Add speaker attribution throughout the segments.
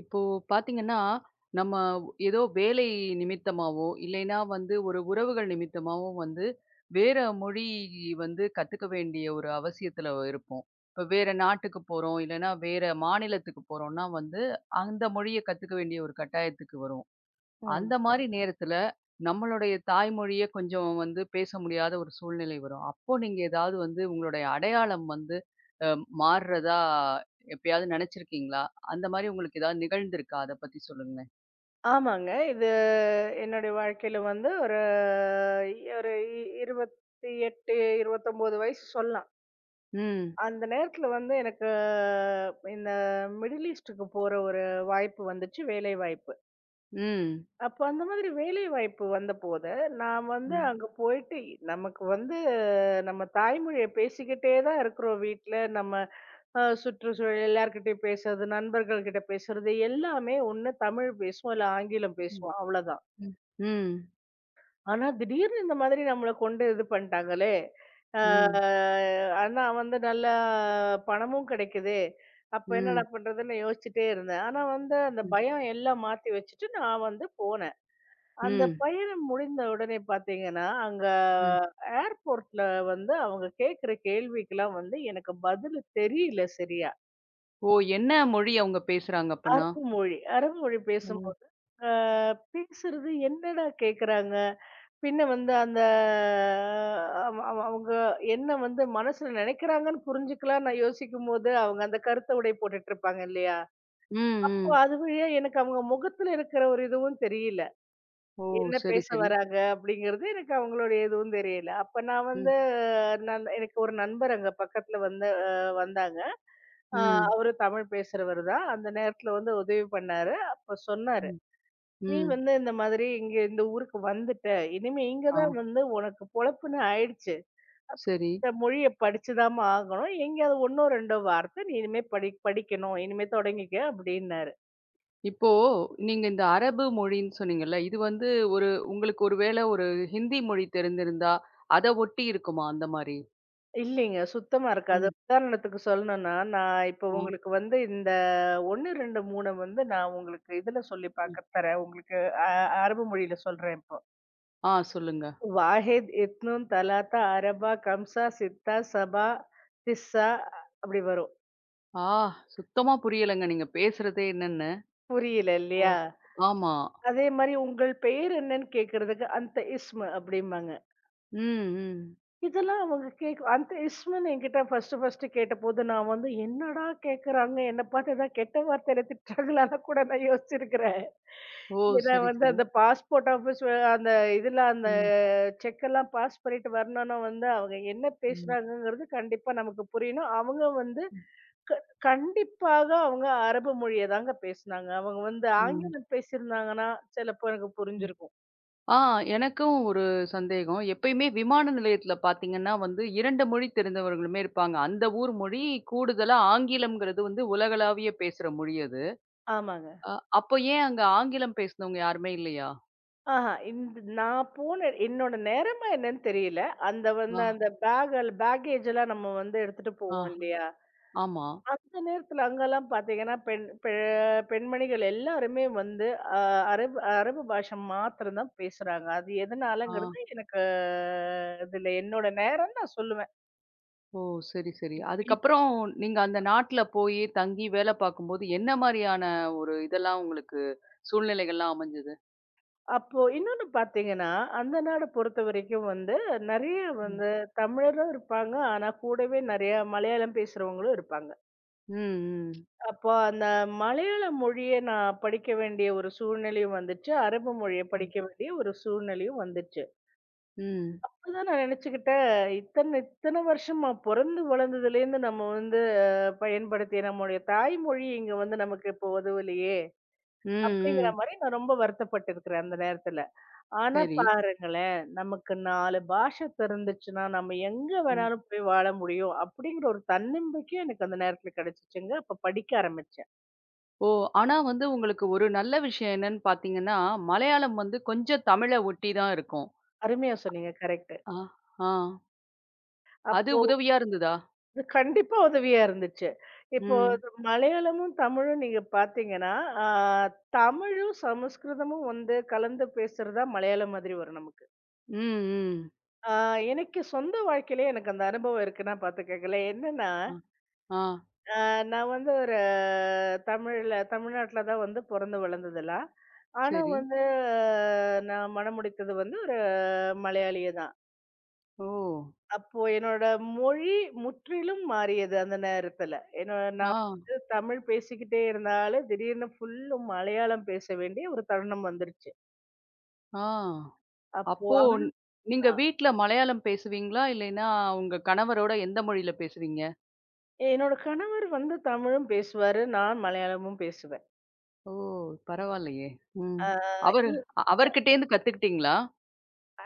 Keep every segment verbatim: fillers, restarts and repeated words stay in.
Speaker 1: இப்போ பாத்தீங்கன்னா, நம்ம ஏதோ வேலை நிமித்தமாவோ, இல்லைன்னா வந்து ஒரு உறவுகள் நிமித்தமாவோ வந்து வேற மொழி வந்து கத்துக்க வேண்டிய ஒரு அவசியத்துல இருப்போம். இப்ப வேற நாட்டுக்கு போறோம், இல்லைன்னா வேற மாநிலத்துக்கு போறோம்னா வந்து, அந்த மொழிய கத்துக்க வேண்டிய ஒரு கட்டாயத்துக்கு வரும்.
Speaker 2: ம்.
Speaker 1: அந்த மாரி நேரத்துல, நம்மளுடைய தாய்மொழிய கொஞ்சம் வந்து பேச முடியாத ஒரு சூழ்நிலை வரும். அப்போ நீங்க ஏதாவது வந்து உங்களுடைய அடையாளம் வந்து அ மாறுறதா எப்பயாவது நெனச்சிருக்கீங்களா? அந்த மாரி உங்களுக்கு ஏதாவது நிகழ்ந்திருக்கா? அத பத்தி சொல்லுங்களேன்.
Speaker 2: ஆமாங்க. இது என்னுடைய வாழ்க்கையில வந்து ஒரு ஒரு இருபத்தி எட்டு, இருபத்தி ஒன்பது வயசு சொல்லலாம்.
Speaker 1: ம்.
Speaker 2: அந்த நேரத்துல வந்து எனக்கு இந்த மிடில் ஈஸ்ட்டுக்கு போற ஒரு வாய்ப்பு வந்துச்சு, வேலை வாய்ப்பு.
Speaker 1: ம்.
Speaker 2: அப்ப அந்த மாதிரி வேலை வாய்ப்பு வந்தபோது, நான் வந்து
Speaker 1: ம்.
Speaker 2: அங்க போயிட்டு நமக்கு வந்து நம்ம தாய்மொழிய பேசிக்கிட்டே தான் இருக்கிறோம் வீட்ல. நம்ம அ சுற்றுச்சூழல் எல்லார்கிட்டயும் பேசுறது, நண்பர்கள்கிட்ட பேசுறது எல்லாமே ஒண்ணு தமிழ் பேசுவோம், இல்ல ஆங்கிலம்
Speaker 1: ம்.
Speaker 2: பேசுவோம் அவ்வளோதான்.
Speaker 1: ம். ம்.
Speaker 2: ஆனா, திடீர்னு இந்த மாதிரி நம்மள கொண்டு இது பண்ணிட்டாங்களே! ஆ
Speaker 1: ம்.
Speaker 2: ஆனா வந்து நல்லா பணமும் கிடைக்குதே! அப்ப என்னடா
Speaker 1: ம்.
Speaker 2: பண்றதுன்னு யோசிச்சுட்டே இருந்தேன். ஆனா வந்து அந்த
Speaker 1: ம்.
Speaker 2: பயம் எல்லாம் மாத்தி வச்சுட்டு நான் வந்து போனேன். அந்த
Speaker 1: ம்.
Speaker 2: பயணம் முடிந்த உடனே பார்த்தீங்கன்னா, அங்க
Speaker 1: ம்.
Speaker 2: ஏர்போர்ட்ல வந்து அவங்க கேட்கிற கேள்விக்கெல்லாம் வந்து எனக்கு பதில் தெரியல சரியா.
Speaker 1: ஓ! என்ன மொழி அவங்க பேசுறாங்க அப்பன்னா?
Speaker 2: அரபு மொழி அரபு மொழி
Speaker 1: ஓ!
Speaker 2: பேசும்போது, ஆ பேசுறது என்னடா கேட்குறாங்க? பின்ன வந்து அந்த அவ அவ அவங்க என்ன வந்து மனசுல நினைக்கிறாங்கன்னு புரிஞ்சுக்கலாம் நான் யோசிக்கும்போது, அவங்க அந்த கருத்த உடை போட்டுட்டு இருப்பாங்க இல்லையா?
Speaker 1: ம்.
Speaker 2: அப்போ
Speaker 1: ம்.
Speaker 2: அது வழியா எனக்கு அவங்க முகத்துல இருக்கிற ஒரு இதுவும் தெரியல.
Speaker 1: ஓ!
Speaker 2: என்ன
Speaker 1: சரி,
Speaker 2: பேச
Speaker 1: சரி.
Speaker 2: வராங்க அப்படிங்கிறது எனக்கு அவங்களுடைய எதுவும் தெரியல. அப்ப நான்
Speaker 1: ம்.
Speaker 2: வந்து நான் எனக்கு ஒரு நண்பர் அங்க பக்கத்துல வந்து அ வந்தாங்க. அ
Speaker 1: ம்.
Speaker 2: அவரு தமிழ் பேசுறவரு தான். அந்த நேரத்துல வந்து உதவி பண்ணாரு. அப்ப சொன்னாரு.
Speaker 1: ம்.
Speaker 2: நீ
Speaker 1: ம்.
Speaker 2: வந்து இந்த மாதிரி இங்க இந்த ஊருக்கு வந்துட்ட. இனிமே இங்க
Speaker 1: ஆ.
Speaker 2: தான் வந்து உனக்கு பொழப்புன்னு ஆயிடுச்சு.
Speaker 1: சரி.
Speaker 2: இந்த மொழிய படிச்சுதாம்மா ஆகணும். எங்கேயாவது ஒன்றோ, இரண்டோ வார்த்தை நீ இனிமே படி படிக்கணும். இனிமே தொடங்கிக்க அப்டின்னாரு.
Speaker 1: இப்போ நீங்க இந்த அரபு மொழின்னு சொன்னீங்கல்ல, இது வந்து ஒரு உங்களுக்கு ஒரு வேளை ஒரு ஹிந்தி மொழி தெரிந்திருந்தா, அத ஒட்டி இருக்குமா அந்த மாரி?
Speaker 2: இல்லைங்க. சுத்தமா இருக்காது.
Speaker 1: ம்.
Speaker 2: உதாரணத்துக்கு சொல்லணும்னா, நான் இப்ப
Speaker 1: ஆ,
Speaker 2: உங்களுக்கு வந்து இந்த ஒன்று, இரண்டு, மூன்று வந்து நான் உங்களுக்கு இதுல சொல்லி
Speaker 1: ம்.
Speaker 2: பார்க்க தரேன். உங்களுக்கு அ அரபு மொழியில சொல்றேன் இப்போ.
Speaker 1: ஆ சொல்லுங்க.
Speaker 2: வாஹித், இத்னூன், தலாத்தா, அரபா, கம்சா, சித்தா, சபா, திஸ்ஸா அப்டி வரும்.
Speaker 1: ஆ சுத்தமா புரியலங்க நீங்க பேசுறதே என்னன்னு.
Speaker 2: புரியல
Speaker 1: ஓ!
Speaker 2: இல்லையா?
Speaker 1: ஆமா.
Speaker 2: அதே மாரி உங்கள் பெயர் என்னன்னு கேட்கறதுக்கு அந்த இஸ்மு அப்படிம்பாங்க.
Speaker 1: ம், ம்.
Speaker 2: இதெல்லாம் அவங்க கேக் அந்த இஸ்முன்னு என்கிட்ட ஃபர்ஸ்ட்டு ஃபர்ஸ்ட்டு கேட்டபோது நான் வந்து என்னடா கேட்கறாங்க? என்ன பார்த்து ஏதாவது கெட்ட வார்த்தையில திட்டுறாங்களான்னு கூட நான் யோசிச்சிருக்கிறேன்.
Speaker 1: ஓ!
Speaker 2: ஏன்னா
Speaker 1: சரி,
Speaker 2: வந்து
Speaker 1: சரி.
Speaker 2: அந்த பாஸ்போர்ட் ஆஃபீஸ் அந்த இதுல அந்த
Speaker 1: ம்,
Speaker 2: செக்கெல்லாம் பாஸ் பண்ணிட்டு வரணும்னா வந்து அவங்க என்ன
Speaker 1: ம்,
Speaker 2: பேசுறாங்கங்கிறது கண்டிப்பா நமக்கு புரியணும். அவங்க வந்து
Speaker 1: ம்,
Speaker 2: க கண்டிப்பாக அவங்க அரபு மொழிய தாங்க பேசுனாங்க. அவங்க வந்து ஆங்கிலம் பேசியிருந்தாங்கன்னா, சிலப்போ எனக்கு
Speaker 1: ம்.
Speaker 2: புரிஞ்சிருக்கும்.
Speaker 1: ஆ எனக்கும் ஒரு சந்தேகம். எப்பயுமே விமான நிலையத்தில பார்த்தீங்கன்னா வந்து இரண்டு மொழி தெரிந்தவர்களுமே இருப்பாங்க. அந்த ஊர் மொழி கூடுதலா ஆங்கிலம்ங்கிறது வந்து உலகளாவிய பேசுற மொழி அது.
Speaker 2: ஆமாங்க.
Speaker 1: அ அப்போ ஏன் அங்க ஆங்கிலம் பேசினவங்க யாருமே இல்லையா?
Speaker 2: ஆஹா. இந்த நான் போன என்னோட நேரமா என்னன்னு தெரியல. அந்த
Speaker 1: ஆ,
Speaker 2: வந்து அந்த பேக் பேக்கேஜ் எல்லாம் நம்ம வந்து எடுத்துட்டு
Speaker 1: ஆ,
Speaker 2: போவோம் இல்லையா?
Speaker 1: ஆமா.
Speaker 2: அந்த நேரத்துல அங்கெல்லாம் பாத்தீங்கன்னா, பெண் பெ பெண்மணிகள் எல்லாருமே வந்து அ அரபு அரபு பாஷை மாத்திரம் தான் பேசுறாங்க. அது
Speaker 1: ஆ.
Speaker 2: எதனாலங்கிறது எனக்கு இதுல என்னோட நேரம் நான் சொல்லுவேன்.
Speaker 1: ஓ! சரி, சரி.
Speaker 2: இப் இப்
Speaker 1: அதுக்கப்புறம் நீங்க அந்த நாட்ல போயி தங்கி வேலை பார்க்கும்போது என்ன மாரியான ஒரு இதெல்லாம் உங்களுக்கு சூழ்நிலைகள்லாம் அமைஞ்சது?
Speaker 2: அப்போ இன்னொன்னு பாத்தீங்கன்னா, அந்த நாட பொறுத்தவரைக்கும் வந்து நெறைய
Speaker 1: ம்.
Speaker 2: வந்து தமிழரும் இருப்பாங்க. ஆனா கூடவே நெறைய மலையாளம் பேசுறவங்களும் இருப்பாங்க.
Speaker 1: ம், ம்.
Speaker 2: அப்போ அந்த மலையாள மொழிய நான் படிக்க வேண்டிய ஒரு சூழ்நிலையும் வந்துச்சு. அரபு மொழிய
Speaker 1: ம்.
Speaker 2: படிக்க வேண்டிய ஒரு சூழ்நிலையும் வந்துச்சு.
Speaker 1: ம்.
Speaker 2: அப்பதான் நான் நினைச்சுக்கிட்டேன், இத்தன இத்தன வருஷமா பொறந்து வளர்ந்ததுலேருந்து நம்ம வந்து அ பயன்படுத்திய நம்முடைய தாய்மொழி இங்க வந்து நமக்கு இப்போ உதவலையே!
Speaker 1: ம்,
Speaker 2: அப்படிங்கிற மாரி
Speaker 1: ம்.
Speaker 2: நான் ரொம்ப வருத்தப்பட்டிருக்கிறேன் அந்த நேரத்துல. ஆனா
Speaker 1: சரி.
Speaker 2: பாருங்களேன், நமக்கு நான்கு பாஷை தெரிந்துச்சுன்னா, நம்ம எங்க
Speaker 1: ம்.
Speaker 2: வேணாலும் போய் வாழ முடியும் அப்படிங்கிற ஒரு தன்னம்பிக்கை எனக்கு அந்த நேரத்துல கிடைச்சுச்சுங்க. அப்ப படிக்க ஆரம்பிச்சேன்.
Speaker 1: ஓ! ஆனா வந்து உங்களுக்கு ஒரு நல்ல விஷயம் என்னன்னு பார்த்தீங்கன்னா, மலையாளம் வந்து கொஞ்சம் தமிழ ஒட்டி தான் இருக்கும்.
Speaker 2: அருமையா சொன்னீங்க. கரெக்ட்.
Speaker 1: ஆ, ஆ. அது
Speaker 2: அப்போ
Speaker 1: உதவியா இருந்ததா?
Speaker 2: அது கண்டிப்பா உதவியா இருந்துச்சு. இப்போ
Speaker 1: ம்.
Speaker 2: இது மலையாளமும், தமிழும் நீங்க பார்த்தீங்கன்னா, ஆ தமிழும், சமஸ்கிருதமும் வந்து கலந்து பேசுறது தான் மலையாளம் மாதிரி வரும் நமக்கு.
Speaker 1: ம், ம்.
Speaker 2: ஆ எனக்கு சொந்த வாழ்க்கையிலே எனக்கு அந்த அனுபவம் இருக்குன்னா பார்த்துக்கங்களேன். என்னன்னா,
Speaker 1: ஆ, ஆ.
Speaker 2: ஆ நான் வந்து ஒரு தமிழ்ல தமிழ்நாட்ல தான் வந்து பொறந்து வளர்ந்ததெல்லாம். ஆனா
Speaker 1: சரி.
Speaker 2: வந்து ஆஹ், நான் மணம் முடித்தது வந்து ஒரு மலையாளிய தான்.
Speaker 1: ஓ!
Speaker 2: அப்போ என்னோட மொழி முற்றிலும் மாறியது அந்த நேரத்துல. ஏன்னா
Speaker 1: ஆ,
Speaker 2: நான் வந்து தமிழ் பேசிக்கிட்டே இருந்தாலும், திடீர்னு ஃபுல்லும் மலையாளம் பேச வேண்டிய ஒரு தருணம் வந்துருச்சு.
Speaker 1: ஆ.
Speaker 2: அப்போ
Speaker 1: அப்போ
Speaker 2: ஆனா,
Speaker 1: நீங்க வீட்ல மலையாளம் பேசுவீங்களா? இல்லைன்னா உங்க கணவரோட எந்த மொழியில பேசுவீங்க?
Speaker 2: என்னோட கணவர் வந்து தமிழும் பேசுவாரு. நான் மலையாளமும் பேசுவேன்.
Speaker 1: ஓ! பரவாயில்லையே. ம்.
Speaker 2: ஆ
Speaker 1: அவரு
Speaker 2: இ
Speaker 1: அவர்கிட்டேருந்து கத்துக்கிட்டீங்களா?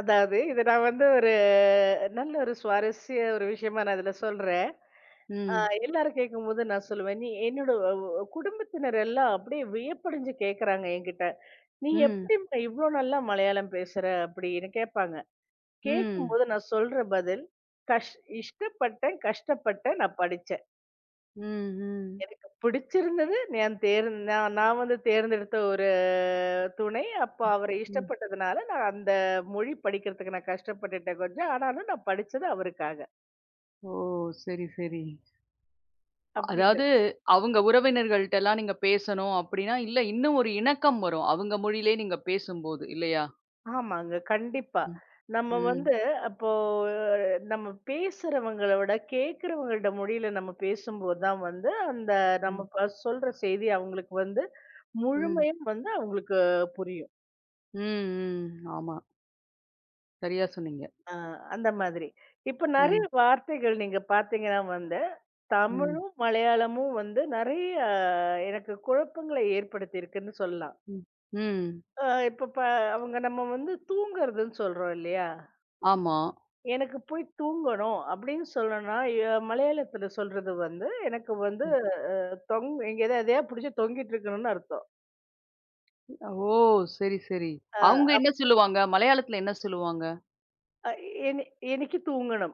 Speaker 2: அதாவது இத நான் வந்து ஒரு நல்ல ஒரு சுவாரஸ்ய ஒரு விஷயமா நான் இதுல சொல்றேன். ஆ
Speaker 1: ம்.
Speaker 2: எல்லாரும் கேட்கும்போது நான் சொல்லுவேன், "நீ என்னோட வ வ குடும்பத்தினர் எல்லாம் அப்படியே வியப்படைஞ்சு கேட்கறாங்க என்கிட்ட." "நீ
Speaker 1: ம்.
Speaker 2: எப்படிம்மா இவ்ளோ நல்லா மலையாளம் பேசுற?" அப்படின்னு கேட்பாங்க.
Speaker 1: ம்.
Speaker 2: கேட்கும்போது நான் சொல்ற பதில், கஷ் இஷ்டப்பட்டேன், கஷ்டப்பட்டேன், நான் படிச்சேன்.
Speaker 1: ம். ம்.
Speaker 2: எனக்கு பிடிச்சிருந்தது, நான் தேர்ந் நான் நான் வந்து தேர்ந்தெடுத்த ஒரு துணை. அப்ப அவர
Speaker 1: ம்.
Speaker 2: இஷ்டப்பட்டதுனால, நான் அந்த மொழி படிக்கிறதுக்கு நான் கஷ்டப்பட்டுட்டேன் கொஞ்சம். ஆனாலும் நான் படிச்சது அவருக்காக.
Speaker 1: ஓ! சரி, சரி.
Speaker 2: அப்படிங்கிற
Speaker 1: அதாவது அவங்க உறவினர்கள்ட்டலாம் நீங்க பேசணும் அப்படின்னா, இல்ல இன்னும் ஒரு இணக்கம் வரும். அவங்க மொழியிலே நீங்க பேசும்போது இல்லையா?
Speaker 2: ஆமாங்க. கண்டிப்பா.
Speaker 1: ம்.
Speaker 2: நம்ம
Speaker 1: ம்.
Speaker 2: வந்து அப்போ அஹ், நம்ம பேசுறவங்கள விட கேட்கிறவங்கள்ட மொழியில நம்ம பேசும்போது தான் வந்து, அந்த
Speaker 1: ம்.
Speaker 2: நம்ம ப சொல்ற செய்தி அவங்களுக்கு வந்து
Speaker 1: ம்.
Speaker 2: முழுமையா வந்து அவங்களுக்கு புரியும்.
Speaker 1: ம். ம். ஆமா. சரியா சொன்னீங்க.
Speaker 2: அ அந்த மாதிரி. இப்ப
Speaker 1: ம்.
Speaker 2: நெறைய வார்த்தைகள் நீங்க பார்த்தீங்கன்னா வந்து,
Speaker 1: ம்.
Speaker 2: தமிழும், மலையாளமும் வந்து நெறைய எனக்கு குழப்பங்கள ஏற்படுத்தியிருக்குன்னு சொல்லலாம்.
Speaker 1: ம். ம்.
Speaker 2: அ இப்ப ப அவங்க நம்ம வந்து தூங்குறதுன்னு சொல்றோம் இல்லையா?
Speaker 1: ஆமா.
Speaker 2: எனக்கு போய் தூங்கணும் அப்படின்னு சொல்லணும்னா, எ மலையாளத்துல சொல்றது வந்து, எனக்கு வந்து
Speaker 1: ம்.
Speaker 2: தொங் எங்கேயாவது எதையா புடிச்சு தொங்கிட்டு இருக்கணும்னு அர்த்தம்.
Speaker 1: ஓ! சரி, சரி.
Speaker 2: அ
Speaker 1: அவங்க என்ன சொல்லுவாங்க? மலையாளத்துல என்ன சொல்லுவாங்க?
Speaker 2: எனி എനിക്ക് തൂങ്ങണം.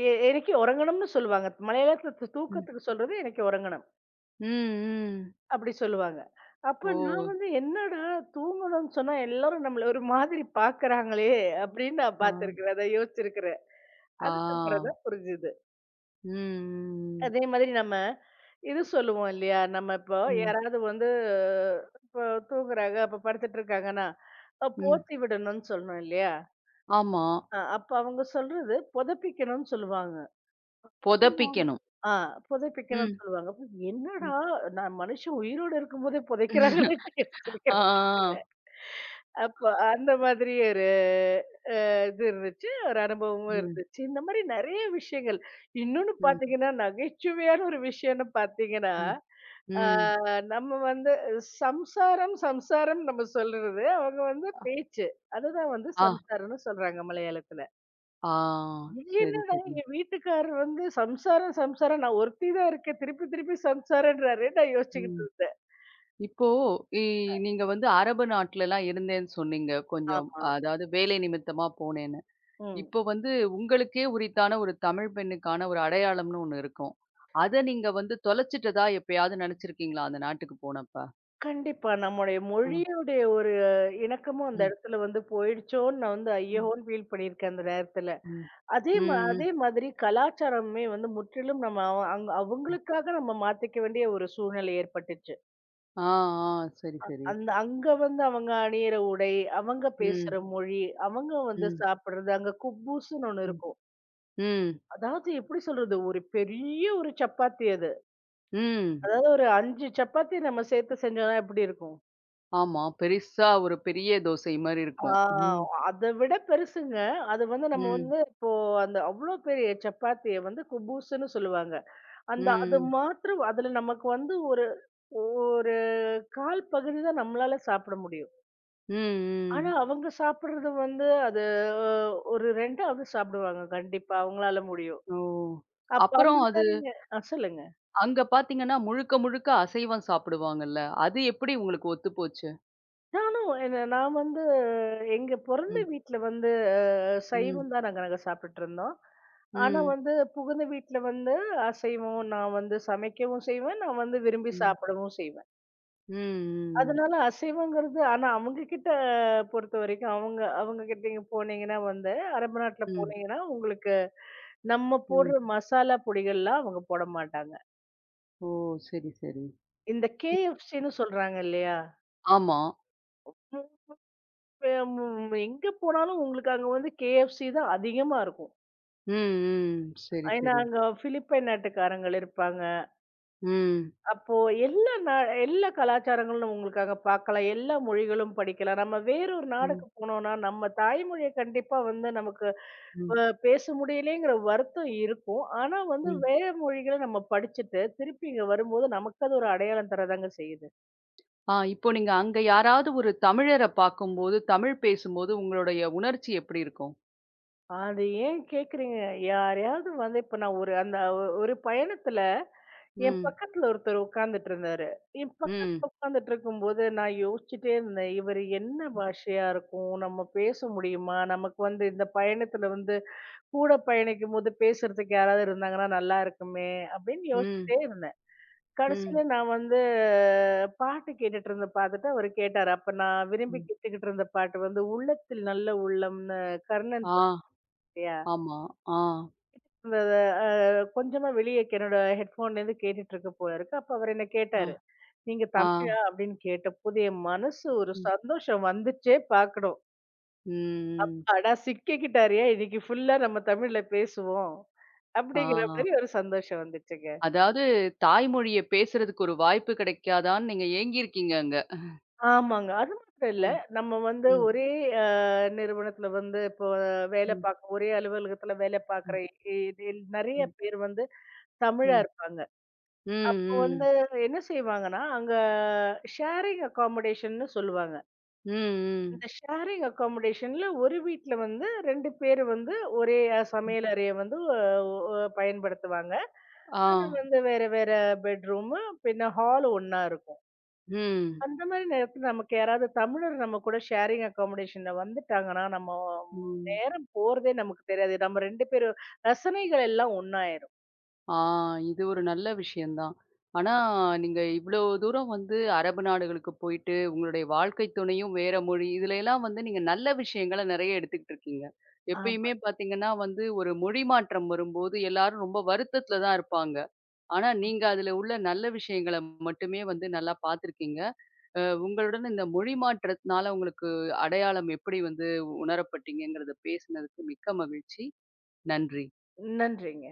Speaker 2: എ എനിക്ക് ഉറങ്ങണംന്ന് சொல்லுவாங்க. மலையாளத்துல தூ-
Speaker 1: ம்.
Speaker 2: தூக்கத்துக்கு சொல்றது எனக்கு உறங்கணும்.
Speaker 1: ம், ம்.
Speaker 2: அப்படி சொல்லுவாங்க. அப்ப நான்
Speaker 1: ஓ!
Speaker 2: வந்து என்னடா தூங்கணும்னு சொன்னா எல்லாரும் நம்மள ஒரு மாதிரி பார்க்கறாங்களே அப்படின்னு நான்
Speaker 1: ஆ.
Speaker 2: பார்த்திருக்கிறேன். அத யோசிச்சிருக்கிறேன்.
Speaker 1: ஆ.
Speaker 2: அதுக்கப்புறம் தான் புரிஞ்சுது.
Speaker 1: ம், ம்,
Speaker 2: அதே மாதிரி நம்ம இது சொல்லுவோம் இல்லையா? நம்ம இப்போ
Speaker 1: ம்.
Speaker 2: யாராவது வந்து இப்போ தூங்குறாங்க, அப்ப படுத்துட்டு இருக்காங்கன்னா, அ
Speaker 1: ம், ம்.
Speaker 2: போத்தி விடணும்னு சொல்றோம் இல்லையா?
Speaker 1: ஆமா.
Speaker 2: அ அப்ப அவங்க சொல்றது புதப்பிக்கணும்னு சொல்லுவாங்க.
Speaker 1: பொதப்பிக்கணும்.
Speaker 2: ஆ புதைப்பிக்கணும்னு
Speaker 1: ம்.
Speaker 2: சொல்லுவாங்க. அப்ப
Speaker 1: ம்.
Speaker 2: என்னடா நான் மனுஷன் உயிரோட இருக்கும்போதே புதைக்கிறாங்களே
Speaker 1: ஆ, ஆ, ஆ.
Speaker 2: யோசிச்சிருக்கிறேன். அப்ப அந்த மாதிரி ஒரு அ இது இருந்துச்சு. ஒரு அனுபவமும்
Speaker 1: ம்,
Speaker 2: இருந்துச்சு. இந்த மாரி நெறைய விஷயங்கள். இன்னொன்னு
Speaker 1: ம்,
Speaker 2: பார்த்தீங்கன்னா, நகைச்சுவையான ஒரு விஷயம்னு பார்த்தீங்கன்னா,
Speaker 1: ம்,
Speaker 2: ஆ
Speaker 1: ம்.
Speaker 2: நம்ம வந்து சம்சாரம், சம்சாரம் நம்ம சொல்றது. அவங்க வந்து பேச்சு. அதுதான் வந்து
Speaker 1: ஆ,
Speaker 2: சம்சாரம்னு சொல்றாங்க மலையாளத்துல.
Speaker 1: ஆ. சரி,
Speaker 2: என்னடா
Speaker 1: சரி.
Speaker 2: எங்க வீட்டுக்காரர் வந்து சம்சாரம் சம்சாரம் நான் ஒருத்தி தான் இருக்கேன். திருப்பி திருப்பி சம்சாரன்றாரு. நான் யோசிச்சுக்கிட்டு
Speaker 1: ம்.
Speaker 2: இருந்தேன்.
Speaker 1: இப்போ இ நீங்க வந்து அரபு நாட்லலாம் இருந்தேன்னு சொன்னீங்க. கொஞ்சம்
Speaker 2: ஆமா.
Speaker 1: அதாவது வேலை நிமித்தமா போனேன்னு.
Speaker 2: ம்.
Speaker 1: இப்போ வந்து உங்களுக்கே உரித்தான ஒரு தமிழ் பெண்ணுக்கான ஒரு அடையாளம்னு ஒண்ணு இருக்கும். அத நீங்க வந்து தொலைச்சிட்டதா எப்பயாவது நெனச்சிருக்கீங்களா? அந்த நாட்டுக்கு போனப்ப?
Speaker 2: கண்டிப்பா. நம்முடைய
Speaker 1: அ,
Speaker 2: மொழியுடைய ஒரு இணக்கமும் அந்த
Speaker 1: ம்,
Speaker 2: இடத்துல வந்து போயிடுச்சோன்னு நான் வந்து
Speaker 1: ம்,
Speaker 2: ஐயயோன்னு ஃபீல் பண்ணியிருக்கேன் அந்த நேரத்துல.
Speaker 1: ம்.
Speaker 2: அதே மா
Speaker 1: ம், ம்.
Speaker 2: அதே மாதிரி கலாச்சாரமே வந்து முற்றிலும் நம்ம அவ அங் அவங்களுக்காக நம்ம மாத்திக்க வேண்டிய ஒரு சூழ்நிலை ஏற்பட்டுச்சு.
Speaker 1: ஆ, ஆ. சரி, சரி.
Speaker 2: அந்த அங்க வந்து அவங்க அணியிற உடை, அவங்க
Speaker 1: ம்,
Speaker 2: பேசுற மொழி, அவங்க வந்து
Speaker 1: ம்,
Speaker 2: சாப்பிடுறது, அங்க குப்பூஸ்ன்னு ஒண்ணு
Speaker 1: ம்,
Speaker 2: இருக்கும்.
Speaker 1: ம்,
Speaker 2: அதாவது எப்படி சொல்றது? ஒரு பெரிய ஒரு சப்பாத்தி அது.
Speaker 1: ம்.
Speaker 2: அதாவது ஒரு ஐந்து சப்பாத்தி நம்ம சேர்த்து செஞ்சோம்னா எப்படி இருக்கும்?
Speaker 1: ஆமா. பெருசா ஒரு பெரிய தோசை மாரி
Speaker 2: ஆ
Speaker 1: இருக்கும். ம்,
Speaker 2: அத விட பெருசுங்க. அது வந்து நம்ம
Speaker 1: ம்,
Speaker 2: வந்து அந்த அவ்ளோ பெரிய சப்பாத்திய வந்து குபூஸ்ன்னு சொல்லுவாங்க. அந்த அது
Speaker 1: ம்,
Speaker 2: மாத்திரம் அதுல நமக்கு வந்து ஒரு ஒரு கால் பகுதி தான் நம்மளால சாப்பிட முடியும்.
Speaker 1: ம்,
Speaker 2: ஆனா
Speaker 1: ம்.
Speaker 2: அவங்க சாப்பிடுறது வந்து அது அஹ், ஒரு இரண்டாவது சாப்பிடுவாங்க கண்டிப்பா. அவங்களால முடியும்.
Speaker 1: ஓ!
Speaker 2: அப்ப
Speaker 1: அப்புறம்
Speaker 2: அந்த
Speaker 1: அது
Speaker 2: மாரிங்க ஆ சொல்லுங்க.
Speaker 1: அங்க பார்த்தீங்கன்னா, முழுக்க முழுக்க அசைவம் சாப்பிடுவாங்கல்ல. அது எப்படி உங்களுக்கு ஒத்துப்போச்சு?
Speaker 2: நானும் என்ன நான் வந்து எங்க பொறந்த
Speaker 1: ம்,
Speaker 2: வீட்ல வந்து
Speaker 1: ம்.
Speaker 2: சைவம் தான் நாங்க நாங்க சாப்பிட்டுருந்தோம். ஆனா
Speaker 1: ம்.
Speaker 2: வந்து புகுந்த வீட்ல வந்து அசைவம் நான் வந்து சமைக்கவும் செய்வேன். நான் வந்து விரும்பி
Speaker 1: ம்.
Speaker 2: சாப்பிடவும் செய்வேன்.
Speaker 1: ம். ம்.
Speaker 2: அதனால அசைவங்கிறது ஆனா அவங்க கிட்ட பொறுத்தவரைக்கும் அவங்க அவங்க கிட்ட நீங்க போனீங்கன்னா வந்து அரபு நாட்ல
Speaker 1: ம்.
Speaker 2: போனீங்கன்னா, உங்களுக்கு நம்ம
Speaker 1: ம்.
Speaker 2: போடுற மசாலா பொடிகள்லாம் அவங்க போட மாட்டாங்க.
Speaker 1: ஓ! சரி, சரி.
Speaker 2: இந்த கேஎஃப்சின்னு சொல்றாங்க இல்லையா?
Speaker 1: ஆமா.
Speaker 2: மு- மு- எங்க போனாலும் உங்களுக்கு அங்க வந்து கேஎஃப்சி தான் அதிகமா இருக்கும்.
Speaker 1: ம். ம். சரி,
Speaker 2: ஏன்னா
Speaker 1: சரி.
Speaker 2: அங்க பிலிப்பைன் நாட்டுக்காரங்கள் இருப்பாங்க.
Speaker 1: ம்.
Speaker 2: அப்போ எல்லா நா எல்லா கலாச்சாரங்களும் உங்களுக்கு அங்க பார்க்கலாம். எல்லா மொழிகளும் படிக்கலாம். நம்ம வேறொரு
Speaker 1: ம்.
Speaker 2: நாடுக்கு போனோம்னா, நம்ம தாய்மொழிய கண்டிப்பா வந்து நமக்கு
Speaker 1: ம்.
Speaker 2: அ பேச முடியலையேங்கிற வருத்தம் இருக்கும். ஆனா வந்து
Speaker 1: ம்.
Speaker 2: வேற மொழிகள நம்ம படிச்சுட்டு, திருப்பி இங்க வரும்போது நமக்கு அது ஒரு அடையாளம் தரதாங்க செய்யுது.
Speaker 1: ஆ இப்போ நீங்க அங்க யாராவது ஒரு தமிழர பார்க்கும்போது, தமிழ் பேசும்போது உங்களுடைய உணர்ச்சி எப்படி இருக்கும்?
Speaker 2: அது ஏன் கேட்குறீங்க? யாரையாவது வந்து இப்ப நான் ஒரு அந்த ஒ- ஒரு பயணத்துல என்
Speaker 1: ம்.
Speaker 2: பக்கத்துல ஒருத்தர் உட்கார்ந்துட்டு இருந்தாரு. என்
Speaker 1: ம்.
Speaker 2: பக்கத்துல உட்கார்ந்துட்டு இருக்கும்போது, நான் யோசிச்சுட்டே இருந்தேன். இவரு என்ன பாஷையா இருக்கும்? நம்ம பேச முடியுமா? நமக்கு வந்து இந்த பயணத்துல வந்து கூட பயணிக்கும்போது பேசுறதுக்கு யாராவது இருந்தாங்கன்னா நல்லா இருக்குமே! அப்படின்னு
Speaker 1: ம்.
Speaker 2: யோசிச்சுட்டே இருந்தேன்.
Speaker 1: ம்.
Speaker 2: கடைசியில நான் வந்து அஹ், பாட்டு கேட்டுட்டு இருந்த பாத்துட்டு அவரு கேட்டாரு. அப்ப நான் விரும்பி
Speaker 1: ம்.
Speaker 2: கேட்டுக்கிட்டு இருந்த பாட்டு வந்து "உள்ளத்தில் நல்ல உள்ளம்ன்னு" கர்ணன்
Speaker 1: ஆ.
Speaker 2: படத்தியா.
Speaker 1: ஆமா. ஆ.
Speaker 2: அந்த அ கொஞ்சமா வெளிய என்னோட ஹெட்ஃபோன்லேருந்து கேட்டுட்டு இருக்க போல இருக்கு. அப்ப அவரு என்ன
Speaker 1: ஆ.
Speaker 2: கேட்டாரு. நீங்க
Speaker 1: ஆ.
Speaker 2: தமிழா? அப்படின்னு கேட்டபோது, என் மனசு ஒரு
Speaker 1: ம்.
Speaker 2: சந்தோஷம் வந்துச்சே பார்க்கணும்.
Speaker 1: ம்.
Speaker 2: அடா சிக்கிக்கிட்டாருய்யா! இன்னைக்கு ஃபுல்லா நம்ம தமிழ்ல பேசுவோம்.
Speaker 1: ஆ.
Speaker 2: அப்படிங்கிற மாரி ஒரு சந்தோஷம் வந்துச்சுங்க.
Speaker 1: அதாவது தாய்மொழிய பேசுறதுக்கு ஒரு வாய்ப்பு கிடைக்காதான்னு நீங்க ஏங்கியிருக்கீங்க அங்க.
Speaker 2: ஆமாங்க. அது மட்டும் இல்ல.
Speaker 1: ம்.
Speaker 2: நம்ம வந்து
Speaker 1: ம்.
Speaker 2: ஒரே அ நிறுவனத்துல வந்து இப்போ வேலை
Speaker 1: ம்.
Speaker 2: பார்க்க ஒரே அலுவலகத்துல வேலை பார்க்குற
Speaker 1: ம்.
Speaker 2: இ இதில் நெறைய
Speaker 1: ம்,
Speaker 2: பேர் வந்து தமிழா
Speaker 1: ம்.
Speaker 2: இருப்பாங்க.
Speaker 1: ம்,
Speaker 2: இப்போ வந்து
Speaker 1: ம்.
Speaker 2: என்ன செய்வாங்கன்னா, அங்க ஷேரிங் அக்காமடேஷன்னு சொல்லுவாங்க.
Speaker 1: ம்,
Speaker 2: இந்த ஷேரிங் அக்காமடேஷன்ல ஒரு வீட்ல வந்து ரெண்டு பேரு வந்து ஒரே அ
Speaker 1: ம்.
Speaker 2: சமையல் அறைய வந்து அ ஒ பயன்படுத்துவாங்க.
Speaker 1: ஆ.
Speaker 2: ஆனா வந்து வேற வேற பெட்ரூமு, பின்ன ஹால் ஒண்ணா இருக்கும்.
Speaker 1: ம்.
Speaker 2: அந்த மாரி நேரத்துல நமக்கு யாராவது தமிழர் நம்ம கூட ஷேரிங் அக்காமடேஷன்ல வந்துட்டாங்கன்னா, நம்ம ம்
Speaker 1: ம்.
Speaker 2: நேரம் போறதே நமக்கு தெரியாது. நம்ம ரெண்டு பேரும் ரசனைகள் எல்லாம் ஒண்ணாயிரும்.
Speaker 1: ஆ இது ஒரு நல்ல விஷயம் தான். ஆனா, நீங்க இவ்ளோ தூரம் வந்து அரபு நாடுகளுக்கு போயிட்டு, உங்களுடைய வாழ்க்கை துணையும் வேற மொழி, இதுல எல்லாம் வந்து நீங்க நல்ல விஷயங்கள நெறைய எடுத்துக்கிட்டு இருக்கீங்க.
Speaker 2: ஆமா.
Speaker 1: எப்பயுமே பாத்தீங்கன்னா வந்து, ஒரு மொழி மாற்றம் வரும்போது எல்லாரும் ரொம்ப வருத்தத்துல தான் இருப்பாங்க. ஆனா, நீங்க அதுல உள்ள நல்ல விஷயங்கள மட்டுமே வந்து நல்லா பாத்துருக்கீங்க. அ உங்களுடன் இந்த மொழி மாற்றத்தினால உங்களுக்கு அடையாளம் எப்படி வந்து உணரப்பட்டீங்கங்கிறத பேசினதுக்கு மிக்க மகிழ்ச்சி. நன்றி.
Speaker 2: நன்றிங்க.